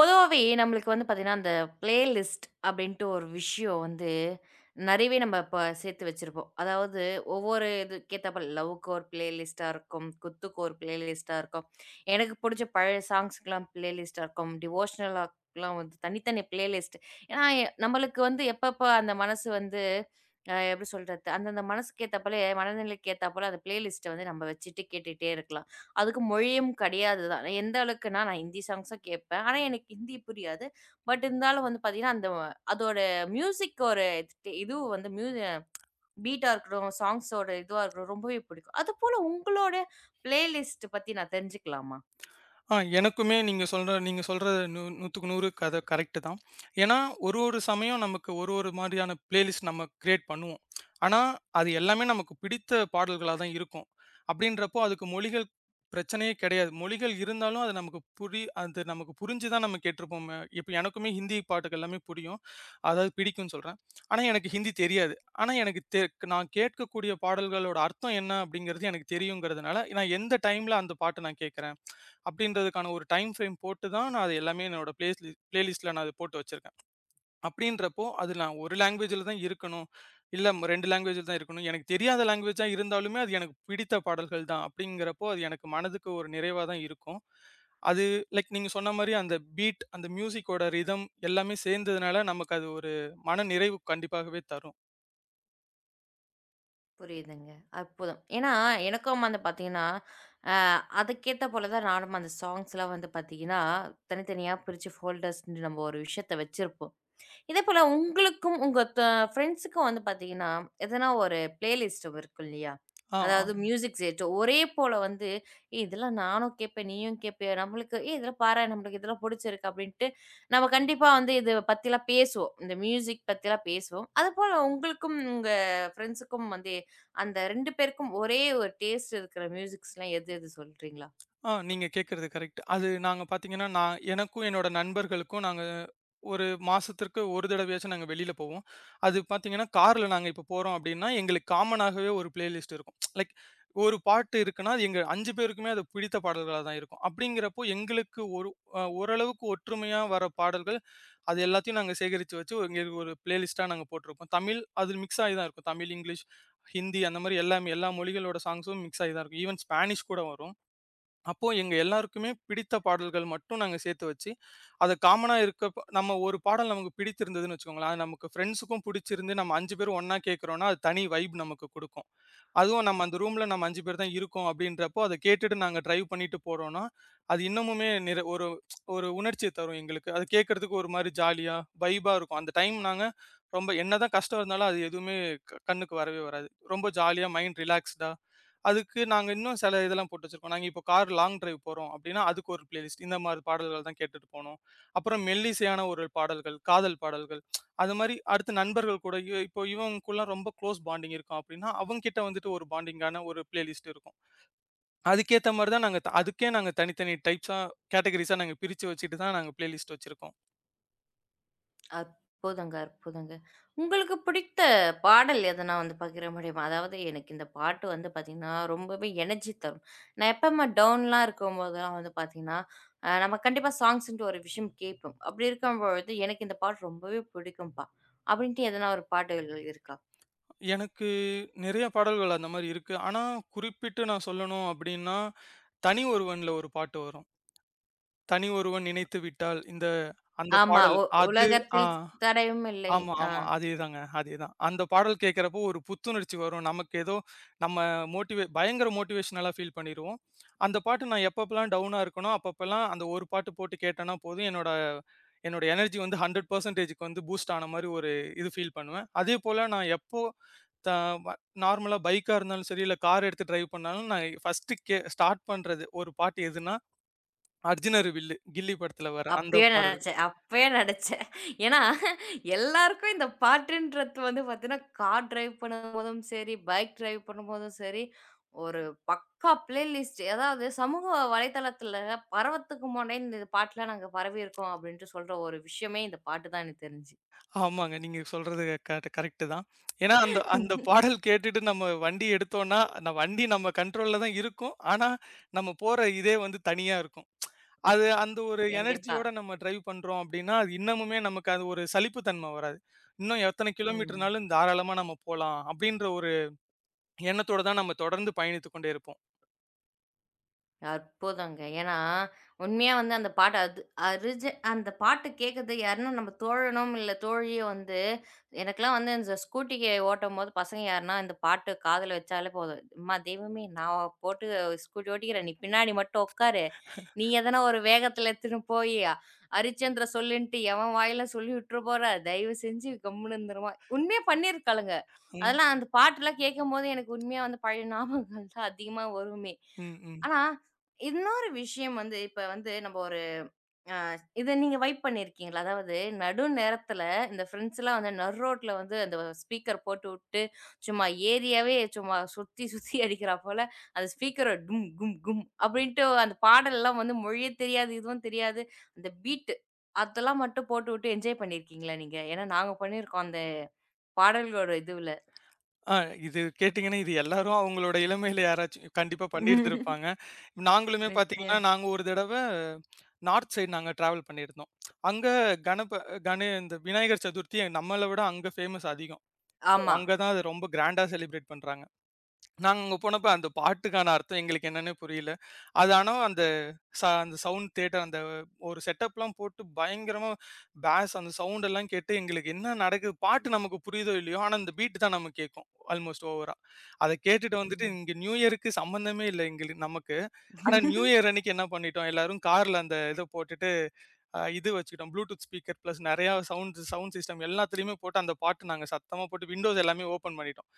பொதுவாவே நம்மளுக்கு வந்து பார்த்தீங்கன்னா, அந்த பிளே லிஸ்ட் அப்படின்ட்டு ஒரு விஷயம் வந்து நெறையவே நம்ம இப்ப சேர்த்து வச்சிருப்போம். அதாவது ஒவ்வொரு இதுக்கேத்தாப்புல லவ்வுக்கு ஒரு பிளே லிஸ்ட்டா இருக்கும். குத்துக்கு ஒரு பிளே லிஸ்ட்டா இருக்கும். எனக்கு புடிச்ச பழைய சாங்ஸ்க்குலாம் பிளே லிஸ்ட்டா இருக்கும். டிவோஷனலாலாம் வந்து தனித்தனி பிளே லிஸ்ட். ஏன்னா நம்மளுக்கு வந்து எப்பப்ப அந்த மனசு வந்து எப்படி சொல்றது? அந்தந்த மனசுக்கு ஏத்தாப்போல மனநிலைக்கு ஏத்தாப்போல அந்த பிளே லிஸ்ட்ட வந்து நம்ம வச்சுட்டு கேட்டுட்டே இருக்கலாம். அதுக்கு மொழியும் கிடையாது தான். எந்த அளவுக்குன்னா, நான் ஹிந்தி சாங்ஸ் தான் கேட்பேன். ஆனா, எனக்கு ஹிந்தி புரியாது. பட் இருந்தாலும் வந்து பார்த்தீங்கன்னா, அந்த அதோட மியூசிக் ஒரு இது இது வந்து பீட்டா இருக்கட்டும், சாங்ஸோட இதுவா இருக்கட்டும் ரொம்பவே பிடிக்கும். அதுபோல உங்களோட பிளேலிஸ்ட் பத்தி நான் தெரிஞ்சுக்கலாமா? எனக்குமே நீங்க சொல்ற 100க்கு 100 கத கரெக்ட்டு தான். ஏன்னா, ஒரு ஒரு சமயம் நமக்கு ஒரு ஒரு மாரியான பிளேலிஸ்ட் நம்ம கிரியேட் பண்ணுவோம். ஆனா, அது எல்லாமே நமக்கு பிடித்த பாடல்களா தான் இருக்கும். அப்படின்றப்போ அதுக்கு மொழிகள் பிரச்சனையே கிடையாது. மொழிகள் இருந்தாலும் அது நமக்கு புரிஞ்சு தான் நம்ம கேட்டுருப்போம். இப்ப எனக்குமே ஹிந்தி பாட்டுகள் எல்லாமே புரியும். அதாவது பிடிக்கும்னு சொல்றேன். ஆனா, எனக்கு ஹிந்தி தெரியாது. ஆனா, எனக்கு தெ நான் கேட்கக்கூடிய பாடல்களோட அர்த்தம் என்ன அப்படிங்கிறது எனக்கு தெரியுங்கிறதுனால, நான் எந்த டைம்ல அந்த பாட்ட நான் கேட்கிறேன் அப்படின்றதுக்கான ஒரு டைம் ஃப்ரேம் போட்டு தான் நான் அது எல்லாமே என்னோட பிளேலிஸ்ட்ல நான் அது போட்டு வச்சிருக்கேன். அப்படின்றப்போ, அது நான் ஒரு லேங்குவேஜ்ல தான் இருக்கணும். இல்ல 2 லேங்குவேஜ்ல தான் இருக்கணும். எனக்கு தெரியாத லேங்குவேஜா இருந்தாலுமே, அது எனக்கு பிடித்த பாடல்கள் தான். அப்படிங்கிறப்போ, அது எனக்கு மனதுக்கு ஒரு நிறைவா தான் இருக்கும். அது லைக் நீங்க சொன்ன மாரி அந்த பீட், அந்த மியூசிக்கோட ரிதம் எல்லாமே சேர்ந்ததுனால, நமக்கு அது ஒரு மன நிறைவு கண்டிப்பாகவே தரும். புரியுதுங்க. அற்புதம். ஏன்னா, எனக்கும் வந்து பார்த்தீங்கன்னா, அ அதுக்கேத்த போல தான் நானும் அந்த சாங்ஸ்லாம் வந்து பார்த்தீங்கன்னா, தனித்தனியா பிரிச்சு ஃபோல்டர்ஸ்ன்னு நம்ம ஒரு விஷயத்த வச்சிருப்போம். இதே போல உங்களுக்கும் உங்க ஃப்ரெண்ட்ஸுக்கும் வந்து பார்த்தீங்கன்னா, எதனா ஒரு பிளேலிஸ்ட் இருக்கும் இல்லையா? ஆ. அதாவது மியூசிக் செட்டு ஒரே போல வந்து, "ஏய் இதெல்லாம் நானும் கேட்பேன், நீயும் கேட்பியா? நம்மளுக்கு ஏய் இதெல்லாம் பாரேன், நம்மளுக்கு இதெல்லாம் புடிச்சிருக்கு" அப்படின்ட்டு நம்ம கண்டிப்பா வந்து இது பத்திலாம் பேசுவோம். இந்த மியூசிக் பத்திலாம் பேசுவோம். அதுபோல உங்களுக்கும் உங்க ஃப்ரெண்ட்ஸுக்கும் வந்து அந்த 2 பேருக்கும் ஒரே ஒரு டேஸ்ட் இருக்கிற மியூசிக்ஸ்லாம் எது எது சொல்றீங்களா? ஆ, நீங்க கேட்கறது கரெக்ட். அது நாங்க பார்த்தீங்கன்னா, நான் எனக்கும் என்னோட நண்பர்களுக்கும் நாங்க ஒரு மாசத்திற்கு ஒரு தடவையாச்சும் நாங்க வெளியில போவோம். அது பார்த்தீங்கன்னா, கார்ல நாங்க இப்போ போறோம் அப்டின்னா, எங்களுக்கு காமனாகவே ஒரு பிளேலிஸ்ட் இருக்கும். லைக் ஒரு பாட்டு இருக்குன்னா, அது எங்க 5 பேருக்குமே அது பிடித்த பாடல்களா தான் இருக்கும். அப்படிங்கிறப்போ எங்களுக்கு ஒரு ஓரளவுக்கு ஒற்றுமையா வர பாடல்கள், அது எல்லாத்தையும் நாங்க சேகரிச்சு வச்சு எங்களுக்கு ஒரு பிளேலிஸ்ட்டா நாங்க போட்டுருப்போம். தமிழ் அது மிக்ஸ் ஆகி தான் இருக்கும். தமிழ், இங்கிலீஷ், ஹிந்தி அந்த மாரி எல்லாமே எல்லா மொழிகளோட சாங்ஸும் மிக்ஸ் ஆகி தான் இருக்கும். ஈவன் ஸ்பானிஷ் கூட வரும். அப்போ எங்க எல்லாருக்குமே பிடித்த பாடல்கள் மட்டும் நாங்க சேர்த்து வச்சு, அது காமனா இருக்க நம்ம ஒரு பாடல் நமக்கு பிடித்திருந்ததுன்னு வச்சுக்கோங்களேன், அது நமக்கு ஃப்ரெண்ட்ஸுக்கும் பிடிச்சிருந்து நம்ம 5 பேரும் ஒண்ணா கேட்கிறோம்னா, அது தனி வைப் நமக்கு குடுக்கும். அதுவும் நம்ம அந்த ரூம்ல நம்ம 5 பேர் தான் இருக்கோம் அப்படின்றப்போ, அத கேட்டுட்டு நாங்க டிரைவ் பண்ணிட்டு போறோம்னா, அது இன்னமுமே ஒரு ஒரு உணர்ச்சிய தரும் எங்களுக்கு. அது கேட்கறதுக்கு ஒரு மாரி ஜாலியா, வைபா இருக்கும். அந்த டைம் நாங்க ரொம்ப என்னதான் கஷ்டம் இருந்தாலும் அது எதுவுமே கண்ணுக்கு வரவே வராது. ரொம்ப ஜாலியா மைண்ட் ரிலாக்ஸ்டா. அதுக்கு நாங்க இன்னும் சில இதெல்லாம் போட்டு வச்சிருக்கோம். நாங்க இப்போ கார் லாங் டிரைவ் போறோம் அப்டின்னா, அதுக்கு ஒரு பிளேலிஸ்ட். இந்த மாரி பாடல்கள் தான் கேட்டுட்டு போணும். அப்புறம் மெல்லிசையான ஒரு பாடல்கள், காதல் பாடல்கள். அது மாரி அடுத்து நண்பர்கள் கூட இப்போ இவங்களுக்குலாம் ரொம்ப க்ளோஸ் பாண்டிங் இருக்கும் அப்டின்னா, அவங்ககிட்ட வந்துட்டு ஒரு பாண்டிங்கான ஒரு பிளேலிஸ்ட் இருக்கும். அதுக்கேத்த மாரி தான் நாங்க அதுக்கே நாங்க தனித்தனி டைப்ஸா கேட்டகரிஸா நாங்க பிரிச்சு வச்சுட்டு தான் நாங்க பிளேலிஸ்ட் வச்சிருக்கோம். அற்புதங்க, அற்புதங்க. உங்களுக்கு பிடித்த பாடல் எதனா வந்து பகிர முடியுமா? அதாவது எனக்கு இந்த பாட்டு வந்து பார்த்தீங்கன்னா, ரொம்பவே எனர்ஜி தரும். நான் எப்பவுமே டவுன்லாம் இருக்கும்போதெல்லாம் வந்து பார்த்தீங்கன்னா, நம்ம கண்டிப்பா சாங்ஸ்ன்ட்டு ஒரு விஷயம் கேட்போம். அப்படி இருக்கும்பொழுது, "எனக்கு இந்த பாட்டு ரொம்பவே பிடிக்கும்பா" அப்படின்ட்டு எதனா ஒரு பாடல்கள் இருக்கா? எனக்கு நெறைய பாடல்கள் அந்த மாரி இருக்கு. ஆனா குறிப்பிட்டு நான் சொல்லணும் அப்டின்னா, தனி ஒருவன்ல ஒரு பாட்டு வரும். "தனி ஒருவன் நினைத்து விட்டால் இந்த" அந்த ஆமா. பாடல். அது. ஆ. உலகத்தில் தடையும் இல்லை. ஆமா, ஆ. ஆமா. அதேதாங்க. அதேதான். அந்த பாடல் கேட்கிறப்போ ஒரு புத்துணர்ச்சி வரும். நமக்கு ஏதோ நம்ம பயங்கர மோட்டிவேஷனலா ஃபீல் பண்ணிருவோம். அந்த பாட்டு நான் எப்பப்பலாம் டவுனா இருக்கனோ, அப்பப்பலாம் அந்த ஒரு பாட்டு போட்டு கேட்டேன்னா போதும், என்னோட என்னோட எனர்ஜி வந்து 100%க்கு வந்து பூஸ்ட் ஆன மாரி ஒரு இது ஃபீல் பண்ணுவேன். அதேபோல நான் எப்போ த வ நார்மலா பைக்கா இருந்தாலும் சரி, இல்ல கார் எடுத்து டிரைவ் பண்ணாலும் நான் ஃபர்ஸ்ட்டு ஸ்டார்ட் பண்றது ஒரு பாட்டு எதுன்னா, "அர்ஜுனரு வில்லு" கில்லி படத்துல வர அந்த அப்பயே பாடல்கள். நெனச்சேன், அப்பயே நெனச்சேன். ஏன்னா, எல்லாருக்கும் இந்த பாட்டுன்றது வந்து பார்த்தீங்கன்னா, கார் டிரைவ் பண்ணும்போதும் சரி, பைக் டிரைவ் பண்ணும்போதும் சரி, ஒரு பக்கா பிளேலிஸ்ட் அதாவது சமூக வலைதளத்தில பரவத்துக்கு முன்னாடியே இந்த பாட்டுலாம் நாங்க பரவியிருக்கோம், அப்படின்ட்டு சொல்ற ஒரு விஷயமே இந்த பாட்டு தான் எனக்கு தெரிஞ்சு. ஆமாங்க. நீங்க சொல்றது கரெக்ட் கரெக்ட்டு தான். ஏன்னா, அந்த அந்த பாடல் கேட்டுட்டு நம்ம வண்டி எடுத்தோம்னா, அந்த வண்டி நம்ம கண்ட்ரோல்ல தான் இருக்கும். ஆனா, நம்ம போற இதே வந்து தனியா இருக்கும். அது அந்த ஒரு கண்டிப்பா. எனர்ஜியோட நம்ம டிரைவ் பண்றோம் அப்டின்னா, அது இன்னமுமே நமக்கு அது ஒரு சலிப்பு தன்மை வராது. இன்னும் எத்தனை ம். கிலோமீட்டர்னாலும் தாராளமா நம்ம போலாம். அப்டின்ற ஒரு எண்ணத்தோட தான் நம்ம தொடர்ந்து பயணித்துக் கொண்டே இருப்போம். அற்புதங்க. ஏன்னா, உண்மையா வந்து அந்த பாட்டு அது அரிஜி அந்த பாட்டு கேட்கறது யாருன்னா நம்ம தோழனும் இல்ல தோழியும் வந்து எனக்கெல்லாம் வந்து இந்த ஸ்கூட்டிக்கு ஓட்டும்போது பசங்க யாருன்னா இந்த பாட்டு காதுல வச்சாலே போதும். "அம்மா தெய்வமே! நான் போட்டு ஸ்கூட்டி ஓட்டிக்கிறேன். நீ பின்னாடி மட்டும் உட்காரு. நீ எதனா ஒரு வேகத்துல எடுத்துன்னு போயி ஹரிச்சந்திர சொல்லுன்ட்டு எவன் வாயில சொல்லி விட்டுற போற. தயவு செஞ்சு கம்முனு இருந்துருமா" உண்மையா பண்ணியிருக்காளுங்க. ம். அதெல்லாம் அந்த பாட்டுலாம் கேட்கும்போது எனக்கு உண்மையா வந்து பழைய ஞாபகங்கள் தான் அதிகமா வருமே. ம். ம். ஆனா இன்னொரு விஷயம் வந்து, இப்ப வந்து நம்ம ஒரு அ இத நீங்க வைப் பண்ணியிருக்கீங்களா? அதாவது நடு நேரத்துல இந்த ஃப்ரெண்ட்ஸ்லாம் வந்து நடு ரோட்ல வந்து அந்த ஸ்பீக்கர் போட்டுவுட்டு, சும்மா ஏரியாவே சும்மா சுத்தி சுத்தி அடிக்கிறா போல, அந்த ஸ்பீக்கர டும் கும் கும் அப்படின்ட்டு அந்த பாடல்லாம் வந்து மொழியே தெரியாது, எதுவும் தெரியாது. அந்த பீட்டு அதெல்லாம் மட்டும் போட்டுவுட்டு என்ஜாய் பண்ணியிருக்கீங்களா நீங்க? ஏன்னா நாங்க பண்ணியிருக்கோம் அந்த பாடல்களோட இதுவுல. ஆ இது கேட்டீங்கன்னா, இது எல்லாரும் அவங்களோட இளமையில யாராச்சும் கண்டிப்பா பண்ணியிருந்திருப்பாங்க. நாங்களுமே பார்த்தீங்கன்னா, நிச்சயம். நாங்க ஒரு தடவ நார்த் சைடு நாங்க டிராவல் பண்ணியிருந்தோம். அங்க கணப இந்த விநாயகர் சதுர்த்தி நம்மள விட அங்க ஃபேமஸ் அதிகம். ஆமா. அங்க தான் அது ரொம்ப கிராண்டா செலிப்ரேட் பண்றாங்க. நாங்க அங்க போனப்ப அந்த பாட்டுக்கான அர்த்தம் எங்களுக்கு என்னன்னே புரியல. அது ஆனா அந்த அந்த சவுண்ட் தியேட்டர் அந்த ஒரு செட்டப்லாம் போட்டு பயங்கரமா பேஸ் அந்த சவுண்ட் எல்லாம் கேட்டு எங்களுக்கு என்ன நடக்குது பாட்டு நமக்கு புரியுதோ இல்லையோ, ஆனா அந்த பீட் தான் நமக்கு கேட்கும். ஆல்மோஸ்ட் ஓவரா. அத கேட்டுட்டு வந்துட்டு இங்க நியூ இயருக்கு சம்மந்தமே இல்ல எங்களுக்கு நமக்கு. ஆனா நியூ ம். இயர் அன்னைக்கு என்ன பண்ணிட்டோம் எல்லாரும் கார்ல அந்த இத போட்டுட்டு இது வச்சுக்கிட்டோம். ப்ளூடூத் ஸ்பீக்கர் பிளஸ் நெறையா சவுண்ட் சவுண்ட் சிஸ்டம் எல்லாத்துலயுமே போட்டு அந்த பாட்டு நாங்க சத்தமா போட்டு விண்டோஸ் எல்லாமே ஓப்பன் பண்ணிட்டோம்.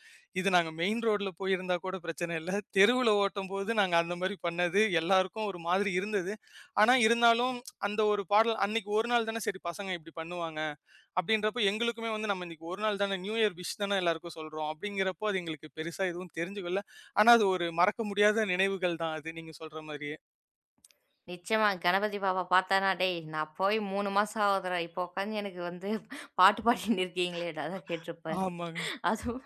இது நாங்க மெயின் ரோட்ல போயிருந்தா கூட பிரச்சனை இல்ல. தெருவுல ஓட்டும்போது நாங்க அந்த மாரி பண்ணது எல்லாருக்கும் ஒரு மாதிரி இருந்தது. ஆனா இருந்தாலும் அந்த ஒரு பாடல் அன்னைக்கு ஒரு நாள் தானே சரி பசங்க இப்படி பண்ணுவாங்க. அப்படின்றப்போ எங்களுக்குமே வந்து நம்ம இன்னைக்கு ஒரு நாள் தானே நியூ இயர் விஷ் தானே எல்லாருக்கும் சொல்றோம். அப்படிங்கிறப்போ அது எங்களுக்கு பெருசா எதுவும் தெரிஞ்சுக்கல. ஆனா அது ஒரு மறக்க முடியாத நினைவுகள் தான் அது நீங்க சொல்ற மாரியே. நிச்சயமா. கணபதி பாப்பா பாத்தான்னா, "டேய் நான் போய் 3 மாசம் ஆகுதுடா. இப்போ உட்காந்து எனக்கு வந்து பாட்டு பாடின்னு இருக்கீங்களேடா" தான் கேட்டிருப்பாரு. ஆமாங்க. அதுவும்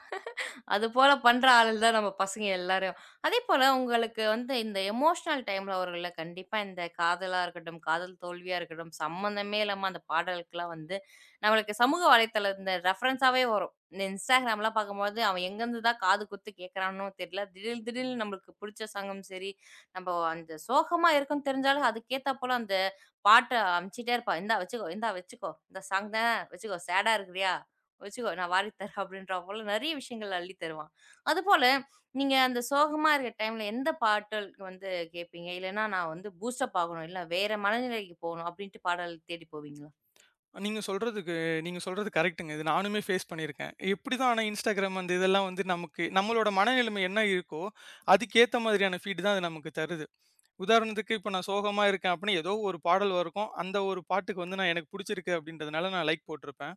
அதுபோல பண்ற ஆளுங்க தான் நம்ம பசங்க எல்லாரும். அதேபோல உங்களுக்கு வந்து இந்த எமோஷனல் டைம்ல வரும்ல, கண்டிப்பா இந்த காதலா இருக்கட்டும், காதல் தோல்வியா இருக்கட்டும், சம்மந்தமே இல்லாம அந்த பாடலுக்குலாம் வந்து நம்மளுக்கு சமூக வலைத்தளம் இந்த ரெஃபரன்ஸாவே வரும். இந்த Instagramலாம் பார்க்கும்போது, அவன் எங்கேருந்து தான் காது குத்து கேட்குறான்னும் தெரியல. திடீர் திடீர்னு நம்மளுக்கு பிடிச்ச சங்கம் சரி, நம்ம அந்த சோகமா இருக்கோம்னு தெரிஞ்சாலும் அதுக்கேத்தா போல அந்த பாட்ட அமுச்சிட்டே இருப்பான். "இந்தா வச்சுக்கோ, இந்தா வச்சுக்கோ. இந்த சாங் தான் வச்சுக்கோ. சேடா இருக்கிறியா? வச்சுக்கோ நான் வாரி தரேன் அப்படின்ற போல நிறைய விஷயங்கள் அள்ளி தருவான். அதுபோல நீங்க அந்த சோகமா இருக்க டைம்ல எந்த பாடலுக்கு வந்து கேட்பீங்க? இல்லன்னா நான் வந்து பூஸ்டப் ஆகணும், இல்ல வேற மனநிலைக்கு போகணும் அப்படின்ட்டு பாடல் தேடி போவீங்களா? நீங்க சொல்றதுக்கு நீங்க சொல்றது கரெக்ட்டுங்க. இது நானுமே ஃபேஸ் பண்ணியிருக்கேன். எப்படிதான் ஆனா Instagram அந்த இதெல்லாம் வந்து நமக்கு நம்மளோட மனநிலைமை என்ன இருக்கோ, அதுக்கேத்த மாதிரியான ஃபீட் தான் அது நமக்கு தருது. உதாரணத்துக்கு இப்ப நான் சோகமா இருக்கேன் அப்டின்னா, ஏதோ ஒரு பாடல் இருக்கும். அந்த ஒரு பாட்டுக்கு வந்து நான் எனக்கு புடிச்சிருக்கு அப்டின்றதுனால நான் லைக் போட்டிருப்பேன்.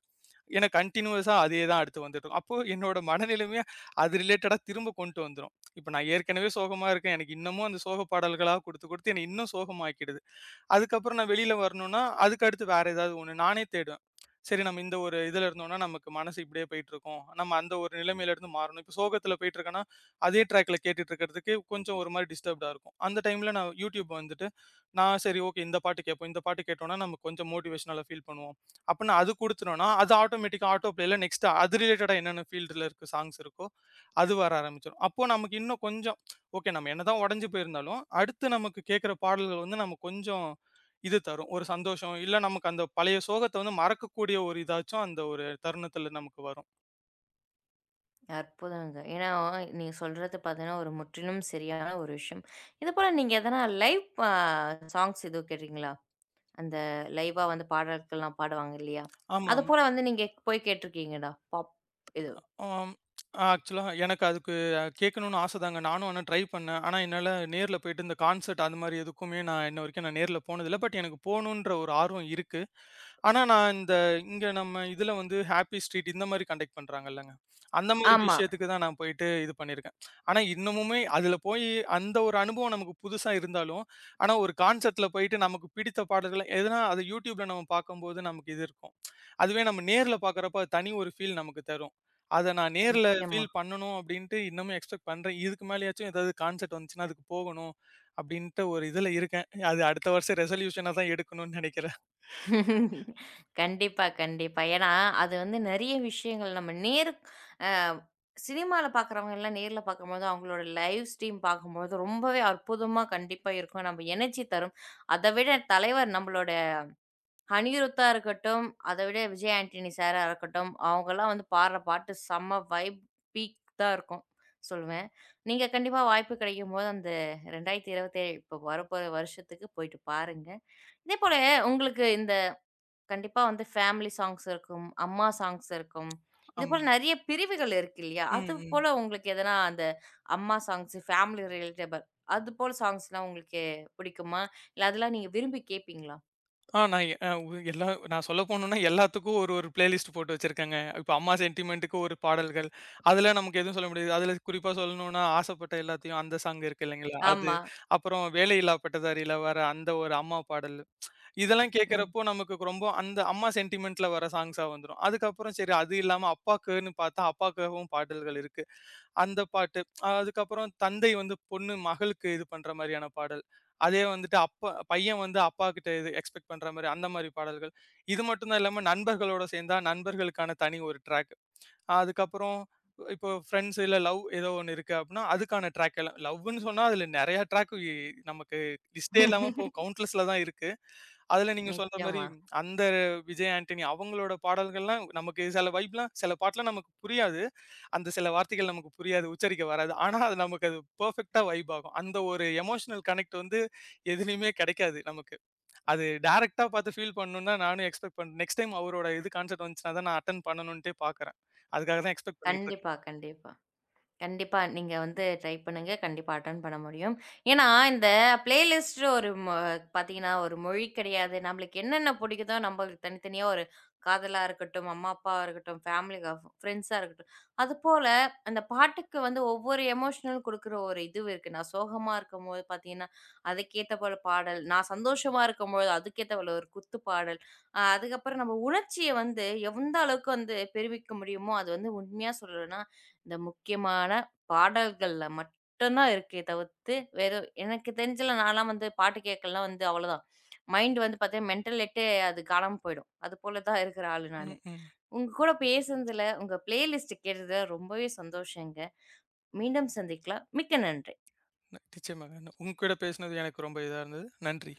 எனக்கு கன்டினியூவஸா அதே தான் அடுத்து வந்துட்டு இருக்கும். அப்போ என்னோட மனநிலைமைய அது ரிலேட்டடா திரும்ப கொண்டு வந்துரும். இப்ப நான் ஏற்கனவே சோகமா இருக்கேன். எனக்கு இன்னமும் அந்த சோக பாடல்களா குடுத்து, குடுத்து என்ன இன்னும் சோகமாக்கிடுது. அதுக்கப்புறம் நான் வெளியில வரணும்னா, அதுக்கு அடுத்து வேற ஏதாவது ஒண்ணு நானே தேடுவேன். சரி நம்ம இந்த ஒரு இதுல இருந்தோம்னா, நமக்கு மனசு இப்படியே போயிட்டுருக்கும். நம்ம அந்த ஒரு நிலைமையில இருந்து மாறணும். இப்போ சோகத்தில போயிட்டுருக்கேன்னா, அதே ட்ராக்ல கேட்டுட்டு இருக்கிறதுக்கு கொஞ்சம் ஒரு மாரி டிஸ்டர்ப்டா இருக்கும். அந்த டைம்ல நான் யூடியூப் வந்துட்டு, நான் சரி ஓகே இந்த பாட்டு கேட்போம். இந்த பாட்டு கேட்டோம்னா, நம்ம கொஞ்சம் மோட்டிவேஷனலா ஃபீல் பண்ணுவோம். அப்பன்னு அது குடுத்துட்டோம்னா, அது ஆட்டோமேட்டிக்கா ஆட்டோ பிளேல நெக்ஸ்ட் அது ரிலேட்டடா என்னென்ன ஃபீல்டுல இருக்க சாங்ஸ் இருக்கோ, அது வர ஆரம்பிச்சுரும். அப்போ நமக்கு இன்னும் கொஞ்சம் ஓகே நம்ம என்னதான் உடைஞ்சு போயிருந்தாலும், அடுத்து நமக்கு கேட்கிற பாடல்கள் வந்து நம்ம கொஞ்சம் இது தரும். ஒரு சந்தோஷம். இல்ல நமக்கு அந்த பழைய சோகத்த வந்து மறக்கக்கூடிய ஒரு இதாச்சும் அந்த ஒரு தருணத்துல நமக்கு வரும். அற்புதங்க. ஏன்னா நீங்க சொல்றது பார்த்தீங்கன்னா, ஒரு முற்றிலும் சரியான ஒரு விஷயம். இதுபோல நீங்க எதனா லைவ் அ சாங்ஸ் எதுவும் கேட்ருக்கீங்களா? அந்த லைவா வந்து பாடல்கள்லாம் பாடுவாங்க இல்லையா? ஆமா. அதுபோல வந்து நீங்க போய் கேட்டுருக்கீங்களா? இது. ஆம். ஆக்சுவலா எனக்கு அதுக்கு கேட்கணும்னு ஆசதாங்க. நானும் ஆனா ட்ரை பண்ணேன். ஆனா என்னால நேர்ல போயிட்டு இந்த கான்சர்ட் அது மாரி எதுக்குமே நான் இன்ன வரைக்கும் நான் நேர்ல போனதில்ல. பட் எனக்கு போணுன்ற ஒரு ஆர்வம் இருக்கு. ஆனா, நான் இங்க நம்ம இதுல வந்து ஹாப்பி ஸ்ட்ரீட் இந்த மாரி கண்டக்ட் பண்றாங்கல்லங்க. அந்த மாரி ஆமா. விஷயத்துக்கு தான் நான் போயிட்டு இது பண்ணியிருக்கேன். ஆனா, இன்னமுமே அதுல போயி அந்த ஒரு அனுபவம் நமக்கு புதுசா இருந்தாலும், ஆனா ஒரு கான்செர்ட்ல போயிட்டு நமக்கு பிடித்த பாடல்கள் எதுனா அது YouTubeல நம்ம பார்க்கும்போது நமக்கு இது இருக்கும். அதுவே நம்ம நேர்ல பார்க்குறப்ப அது தனி ஒரு ஃபீல் நமக்கு தரும். அத நான் நேர்ல நிச்சயமா. ஃபீல் பண்ணணும் அப்டின்ட்டு இன்னமும் எக்ஸ்பெக்ட் பண்றேன். இதுக்கு மேலயாச்சும் ஏதாவது கான்செர்ட் வந்துச்சுன்னா அதுக்கு போகணும் அப்டின்ட்டு ஒரு இதுல இருக்கேன். அது அடுத்த வருஷம் ரெசல்யூஷனா தான் எடுக்கணும்னு நெனைக்கிறேன். கண்டிப்பா, கண்டிப்பா. ஏன்னா, அது வந்து நெறைய விஷயங்கள் நம்ம நேரு அ சினிமால பார்க்குறவங்கலாம் நேர்ல பார்க்கும்போது, அவங்களோட லைவ் ஸ்ட்ரீம் பார்க்கும்போது ரொம்பவே அற்புதமா கண்டிப்பா இருக்கும். நம்ம எனர்ஜி தரும். அத விட தலைவர் நம்மளோட அனிருத்தா இருக்கட்டும், அத விட விஜய் ஆண்டனி சாரா இருக்கட்டும், அவங்கலாம் வந்து பாடுற பாட்டு செம்ம வைப் பீக் தான் இருக்கும் சொல்லுவேன். நீங்க கண்டிப்பா வாய்ப்பு கிடைக்கும்போது அந்த 2027 இப்போ வரப்போற வருஷத்துக்கு போயிட்டு பாருங்க. இதேபோல உங்களுக்கு இந்த கண்டிப்பா வந்து ஃபேமிலி சாங்ஸ் இருக்கும். அம்மா சாங்ஸ் இருக்கும். ஆமா. இதுபோல நெறைய பிரிவுகள் இருக்கு இல்லையா? ம், ம். அதுபோல உங்களுக்கு எதனா அந்த அம்மா சாங்ஸ், ஃபேமிலி ரிலேட்டபிள் அதுபோல சாங்ஸ்லாம் உங்களுக்கு பிடிக்குமா? இல்ல அதெல்லாம் நீங்க விரும்பி கேட்பீங்களா? நான் எ அ உ எல்லா நான் சொல்ல போணும்னா எல்லாத்துக்கும் ஒரு பிளேலிஸ்ட் போட்டு வச்சிருக்கேங்க. இப்ப அம்மா சென்டிமென்ட்க்கு ஒரு பாடல்கள். அதுல நமக்கு எதுவும் சொல்ல முடியாது. அதுல குறிப்பா சொல்லணும்னா, ஆசைப்பட்ட எல்லாத்தையும் அந்த சாங் இருக்கு இல்லைங்களா? அது. ஆமா. அப்புறம் வேலையில்லா பட்டதாரியில வர அந்த ஒரு அம்மா பாடல். இதெல்லாம் ம். கேட்கிறப்போ நமக்கு ரொம்ப அந்த அம்மா சென்டிமென்ட்ல வர சாங்ஸா வந்துரும். அதுக்கப்புறம் சரி அது இல்லாம அப்பாக்குன்னு பார்த்தா, அப்பாக்காகவும் பாடல்கள் இருக்கு. அந்த பாட்டு. அதுக்கப்புறம் தந்தை வந்து பொண்ணு மகளுக்கு இது பண்ற மாரியான பாடல். அதே வந்துட்டு அப்பா பையன் வந்து அப்பாகிட்ட இது எக்ஸ்பெக்ட் பண்ற மாரி அந்த மாரி பாடல்கள். இது மட்டும் தான் இல்லாம நண்பர்களோட சேர்ந்தா நண்பர்களுக்கான தனி ஒரு ட்ராக். அதுக்கப்புறம் இப்போ ஃப்ரெண்ட்ஸ் இல்ல லவ் ஏதோ ஒண்ணு இருக்கு அப்டின்னா, அதுக்கான ட்ராக் எல்லாம் லவ்வுன்னு சொன்னா அதுல நெறைய ட்ராக் இ நமக்கு லிஸ்ட்டே இல்லாம இப்போ கவுண்ட்லெஸ்ல தான் இருக்கு. அதுல நீங்க சொல்ற மாரி நிச்சயமா. அந்த விஜய் ஆண்டனி அவங்களோட பாடல்கள்லாம் நமக்கு சில வைப்லாம் சில பாட்டுலாம் நமக்கு புரியாது. அந்த சில வார்த்தைகள் நமக்கு புரியாது, உச்சரிக்க வராது. ஆனா அது நமக்கு அது பெர்ஃபெக்ட்டா வைப் ஆகும். அந்த ஒரு எமோஷனல் கனெக்ட் வந்து எதுலயுமே கெடைக்காது நமக்கு. அது டைரக்ட்டா பார்த்து ஃபீல் பண்ணணும்னு தான் நானும் எக்ஸ்பெக்ட் நெக்ஸ்ட் டைம் அவரோட இது கான்செர்ட் வந்துச்சுனா தான் நான் அட்டெண்ட் பண்ணணுன்ட்டே பார்க்குறேன். அதுக்காக தான் எக்ஸ்பெக்ட் பண்ணிட்டு இருக்கேன். கண்டிப்பா, கண்டிப்பா. கண்டிப்பா. நீங்க வந்து ட்ரை பண்ணுங்க. கண்டிப்பா அட்டெண்ட் பண்ண முடியும். ஏன்னா, இந்த பிளேலிஸ்ட் ஒரு பார்த்தீங்கன்னா, ஒரு மொழி கிடையாது. நம்மளுக்கு என்னென்ன பிடிக்குதோ, நம்மளுக்கு தனித்தனியா ஒரு காதலா இருக்கட்டும், அம்மா, அப்பாவா இருக்கட்டும், ஃபேமிலி ஃப்ரெண்ட்ஸா இருக்கட்டும். அதுபோல அந்த பாட்டுக்கு வந்து ஒவ்வொரு எமோஷனல் குடுக்குற ஒரு இது இருக்கு. நான் சோகமா இருக்கும்போது பார்த்தீங்கன்னா, அதுக்கேத்த போல பாடல். நான் சந்தோஷமா இருக்கும்போது, அதுக்கேத்த போல ஒரு குத்து பாடல். அதுக்கப்புறம் நம்ம உணர்ச்சிய வந்து எந்த அளவுக்கு வந்து பெருமிக்க முடியுமோ, அது வந்து உண்மையா சொல்லணும்னா, இந்த முக்கியமான பாடல்கள்ல மட்டும் தான் இருக்கே தவிர்த்து, வேற எனக்கு தெரிஞ்சுல நான்லாம் வந்து பாட்டு கேட்கலாம் வந்து அவ்வளோதான். மைண்ட் வந்து பார்த்தீங்கன்னா, மென்டலெட்டே அது காணாம போயிடும். அது போல தான் இருக்கிற ஆளு நானு. ம், ம். உங்க கூட பேசுனதுல, உங்க பிளேலிஸ்ட் கேட்டதுல ரொம்பவே சந்தோஷங்க. மீண்டும் சந்திக்கலாம். மிக்க நன்றி. நிச்சயமாங்க. உங்க கூட பேசினது எனக்கு ரொம்ப இதா இருந்தது. நன்றி.